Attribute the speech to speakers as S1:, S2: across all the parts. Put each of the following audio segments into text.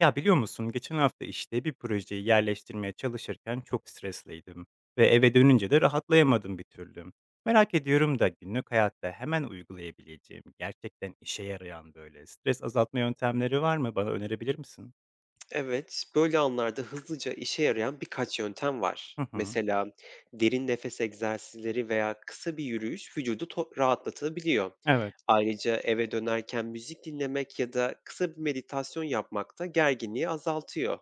S1: Ya biliyor musun, geçen hafta işte bir projeyi yerleştirmeye çalışırken çok stresliydim ve eve dönünce de rahatlayamadım bir türlü. Merak ediyorum da günlük hayatta hemen uygulayabileceğim, gerçekten işe yarayan böyle stres azaltma yöntemleri var mı? Bana önerebilir misin?
S2: Evet, böyle anlarda hızlıca işe yarayan birkaç yöntem var.
S1: Hı hı.
S2: Mesela derin nefes egzersizleri veya kısa bir yürüyüş vücudu rahatlatabiliyor.
S1: Evet.
S2: Ayrıca eve dönerken müzik dinlemek ya da kısa bir meditasyon yapmak da gerginliği azaltıyor.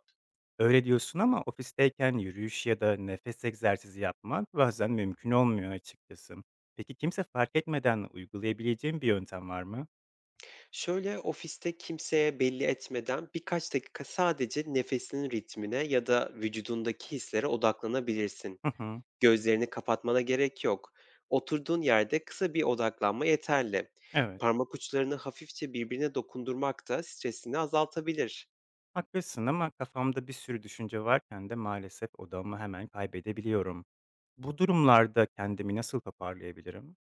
S1: Öyle diyorsun ama ofisteyken yürüyüş ya da nefes egzersizi yapmak bazen mümkün olmuyor açıkçası. Peki kimse fark etmeden uygulayabileceğim bir yöntem var mı?
S2: Şöyle ofiste kimseye belli etmeden birkaç dakika sadece nefesinin ritmine ya da vücudundaki hislere odaklanabilirsin.
S1: Hı hı.
S2: Gözlerini kapatmana gerek yok. Oturduğun yerde kısa bir odaklanma yeterli.
S1: Evet.
S2: Parmak uçlarını hafifçe birbirine dokundurmak da stresini azaltabilir.
S1: Haklısın ama kafamda bir sürü düşünce varken de maalesef odamı hemen kaybedebiliyorum. Bu durumlarda kendimi nasıl toparlayabilirim?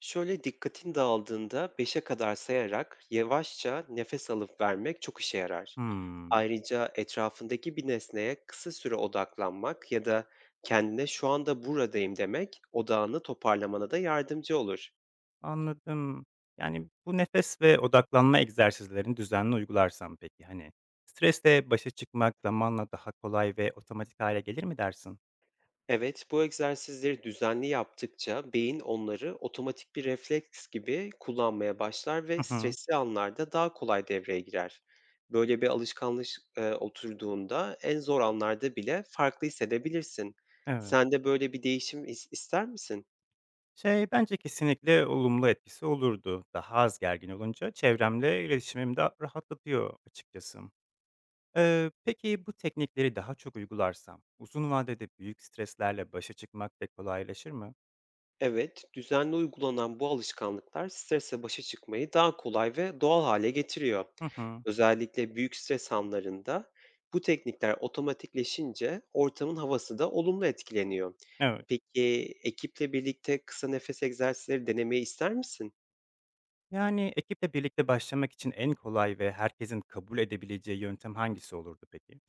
S2: Şöyle dikkatin dağıldığında beşe kadar sayarak yavaşça nefes alıp vermek çok işe yarar.
S1: Hımm,
S2: Ayrıca etrafındaki bir nesneye kısa süre odaklanmak ya da kendine şu anda buradayım demek odağını toparlamana da yardımcı olur.
S1: anladım. Yani, bu nefes ve odaklanma egzersizlerini düzenli uygularsam peki, hani, stresle başa çıkmak zamanla daha kolay ve otomatik hale gelir mi dersin?
S2: Evet, bu egzersizleri düzenli yaptıkça beyin onları otomatik bir refleks gibi kullanmaya başlar ve
S1: Hı hı,
S2: stresli anlarda daha kolay devreye girer. Böyle bir alışkanlık oturduğunda en zor anlarda bile farklı hissedebilirsin.
S1: evet.
S2: Sen de böyle bir değişim ister misin?
S1: Şey, bence kesinlikle olumlu etkisi olurdu. Daha az gergin olunca çevremle iletişimim de rahatlatıyor açıkçası. Peki bu teknikleri daha çok uygularsam uzun vadede büyük streslerle başa çıkmak da kolaylaşır mı?
S2: Evet, düzenli uygulanan bu alışkanlıklar stresle başa çıkmayı daha kolay ve doğal hale getiriyor.
S1: Hı hı.
S2: Özellikle büyük stres anlarında bu teknikler otomatikleşince ortamın havası da olumlu etkileniyor.
S1: Evet.
S2: Peki ekiple birlikte kısa nefes egzersizleri denemeyi ister misin?
S1: Yani ekiple birlikte başlamak için en kolay ve herkesin kabul edebileceği yöntem hangisi olurdu peki?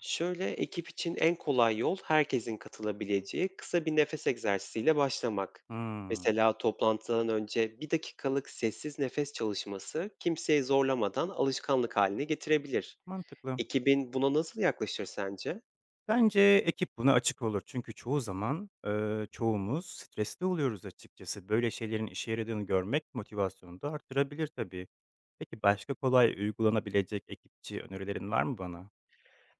S2: Şöyle, ekip için en kolay yol herkesin katılabileceği kısa bir nefes egzersiziyle başlamak.
S1: Hmm,
S2: Mesela toplantıdan önce bir dakikalık sessiz nefes çalışması kimseyi zorlamadan alışkanlık haline getirebilir.
S1: mantıklı.
S2: Ekibin buna nasıl yaklaşır sence?
S1: Bence ekip buna açık olur çünkü çoğu zaman çoğumuz stresli oluyoruz açıkçası. Böyle şeylerin işe yaradığını görmek motivasyonu da artırabilir tabii. Peki başka kolay uygulanabilecek ekipçi önerilerin var mı bana?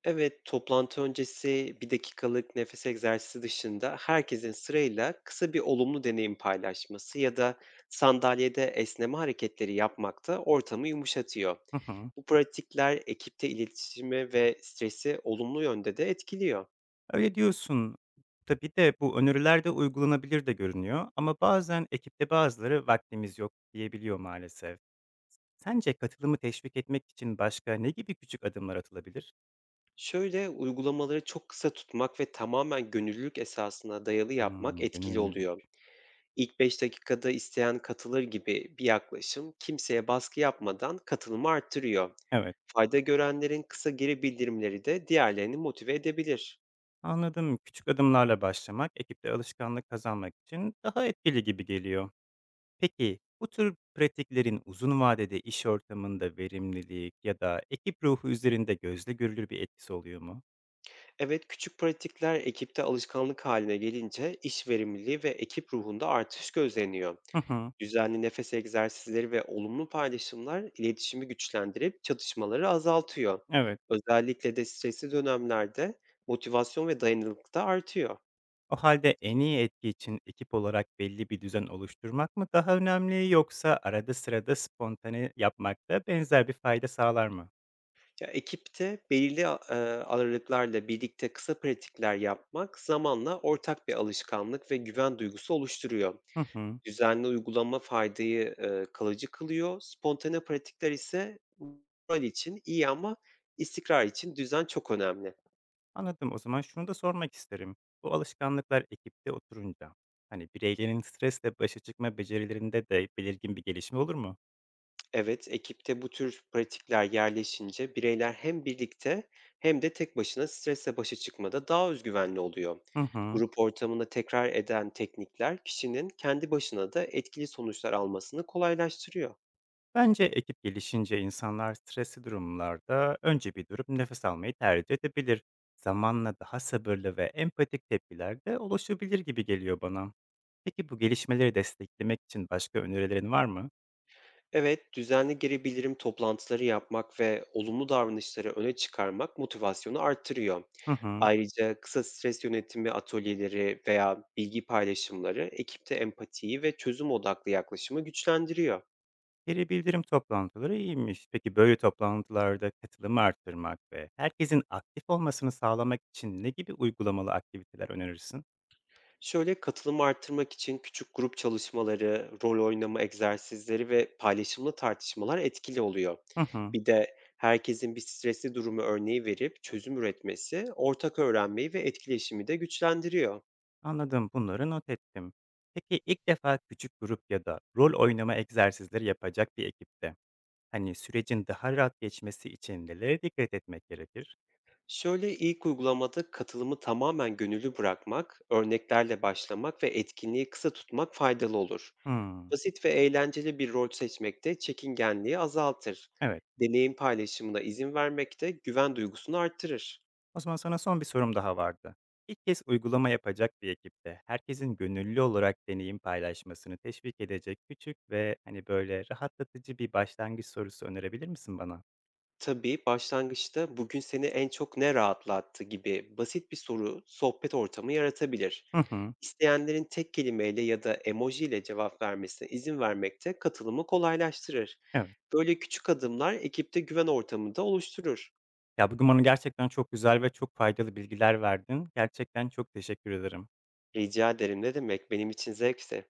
S2: Evet, toplantı öncesi bir dakikalık nefes egzersizi dışında herkesin sırayla kısa bir olumlu deneyim paylaşması ya da sandalyede esneme hareketleri yapmak da ortamı yumuşatıyor.
S1: Hı hı.
S2: Bu pratikler ekipte iletişimi ve stresi olumlu yönde de etkiliyor.
S1: Öyle diyorsun. Tabii de bu öneriler de uygulanabilir de görünüyor ama bazen ekipte bazıları vaktimiz yok diyebiliyor maalesef. Sence katılımı teşvik etmek için başka ne gibi küçük adımlar atılabilir?
S2: Şöyle uygulamaları çok kısa tutmak ve tamamen gönüllülük esasına dayalı yapmak
S1: Hmm,
S2: etkili
S1: gönüllülük.
S2: oluyor. İlk 5 dakikada isteyen katılır gibi bir yaklaşım kimseye baskı yapmadan katılımı arttırıyor.
S1: Evet,
S2: Fayda görenlerin kısa geri bildirimleri de diğerlerini motive edebilir.
S1: anladım. Küçük adımlarla başlamak ekipte alışkanlık kazanmak için daha etkili gibi geliyor. Peki bu tür pratiklerin uzun vadede iş ortamında verimlilik ya da ekip ruhu üzerinde gözle görülür bir etkisi oluyor mu?
S2: Evet, küçük pratikler ekipte alışkanlık haline gelince iş verimliliği ve ekip ruhunda artış gözleniyor.
S1: Hı hı,
S2: Düzenli nefes egzersizleri ve olumlu paylaşımlar iletişimi güçlendirip çatışmaları azaltıyor.
S1: evet.
S2: Özellikle de stresli dönemlerde motivasyon ve dayanıklılık da artıyor.
S1: O halde en iyi etki için ekip olarak belli bir düzen oluşturmak mı daha önemli yoksa arada sırada spontane yapmak da benzer bir fayda sağlar mı?
S2: Ya, ekipte belirli a aralıklarla birlikte kısa pratikler yapmak zamanla ortak bir alışkanlık ve güven duygusu oluşturuyor.
S1: Hı hı.
S2: Düzenli uygulama faydayı kalıcı kılıyor. Spontane pratikler ise moral için iyi ama istikrar için düzen çok önemli.
S1: Anladım. O zaman şunu da sormak isterim. Bu alışkanlıklar ekipte oturunca hani bireylerin stresle başa çıkma becerilerinde de belirgin bir gelişme olur mu?
S2: Evet, ekipte bu tür pratikler yerleşince bireyler hem birlikte hem de tek başına stresle başa çıkmada daha özgüvenli oluyor.
S1: Hı hı.
S2: Grup ortamında tekrar eden teknikler kişinin kendi başına da etkili sonuçlar almasını kolaylaştırıyor.
S1: Bence ekip gelişince insanlar stresli durumlarda önce bir durup nefes almayı tercih edebilir. Zamanla daha sabırlı ve empatik tepkiler de oluşabilir gibi geliyor bana. Peki bu gelişmeleri desteklemek için başka önerilerin var mı?
S2: Evet, düzenli geri bildirim toplantıları yapmak ve olumlu davranışları öne çıkarmak motivasyonu artırıyor.
S1: Hı hı.
S2: Ayrıca kısa stres yönetimi atölyeleri veya bilgi paylaşımları ekipte empatiyi ve çözüm odaklı yaklaşımı güçlendiriyor.
S1: Geri bildirim toplantıları iyiymiş. Peki böyle toplantılarda katılımı arttırmak ve herkesin aktif olmasını sağlamak için ne gibi uygulamalı aktiviteler önerirsin?
S2: Şöyle katılımı artırmak için küçük grup çalışmaları, rol oynama egzersizleri ve paylaşımlı tartışmalar etkili oluyor.
S1: Hı hı.
S2: Bir de herkesin bir stresli durumu örneği verip çözüm üretmesi ortak öğrenmeyi ve etkileşimi de güçlendiriyor.
S1: Anladım. Bunları not ettim. Peki ilk defa küçük grup ya da rol oynama egzersizleri yapacak bir ekipte hani sürecin daha rahat geçmesi için nelere dikkat etmek gerekir?
S2: Şöyle ilk uygulamada katılımı tamamen gönüllü bırakmak, örneklerle başlamak ve etkinliği kısa tutmak faydalı olur.
S1: Hmm.
S2: Basit ve eğlenceli bir rol seçmek de çekingenliği azaltır.
S1: Evet.
S2: Deneyim paylaşımına izin vermek de güven duygusunu arttırır.
S1: O zaman sana son bir sorum daha vardı. İlk kez uygulama yapacak bir ekipte herkesin gönüllü olarak deneyim paylaşmasını teşvik edecek küçük ve hani böyle rahatlatıcı bir başlangıç sorusu önerebilir misin bana?
S2: Tabii, başlangıçta "Bugün seni en çok ne rahatlattı?" gibi basit bir soru sohbet ortamı yaratabilir.
S1: Hı hı.
S2: İsteyenlerin tek kelimeyle ya da emoji ile cevap vermesine izin vermek de katılımı kolaylaştırır.
S1: Evet.
S2: Böyle küçük adımlar ekipte güven ortamını da oluşturur.
S1: Ya bugün bana gerçekten çok güzel ve çok faydalı bilgiler verdin. Gerçekten çok teşekkür ederim.
S2: Rica ederim, ne demek, benim için zevkti.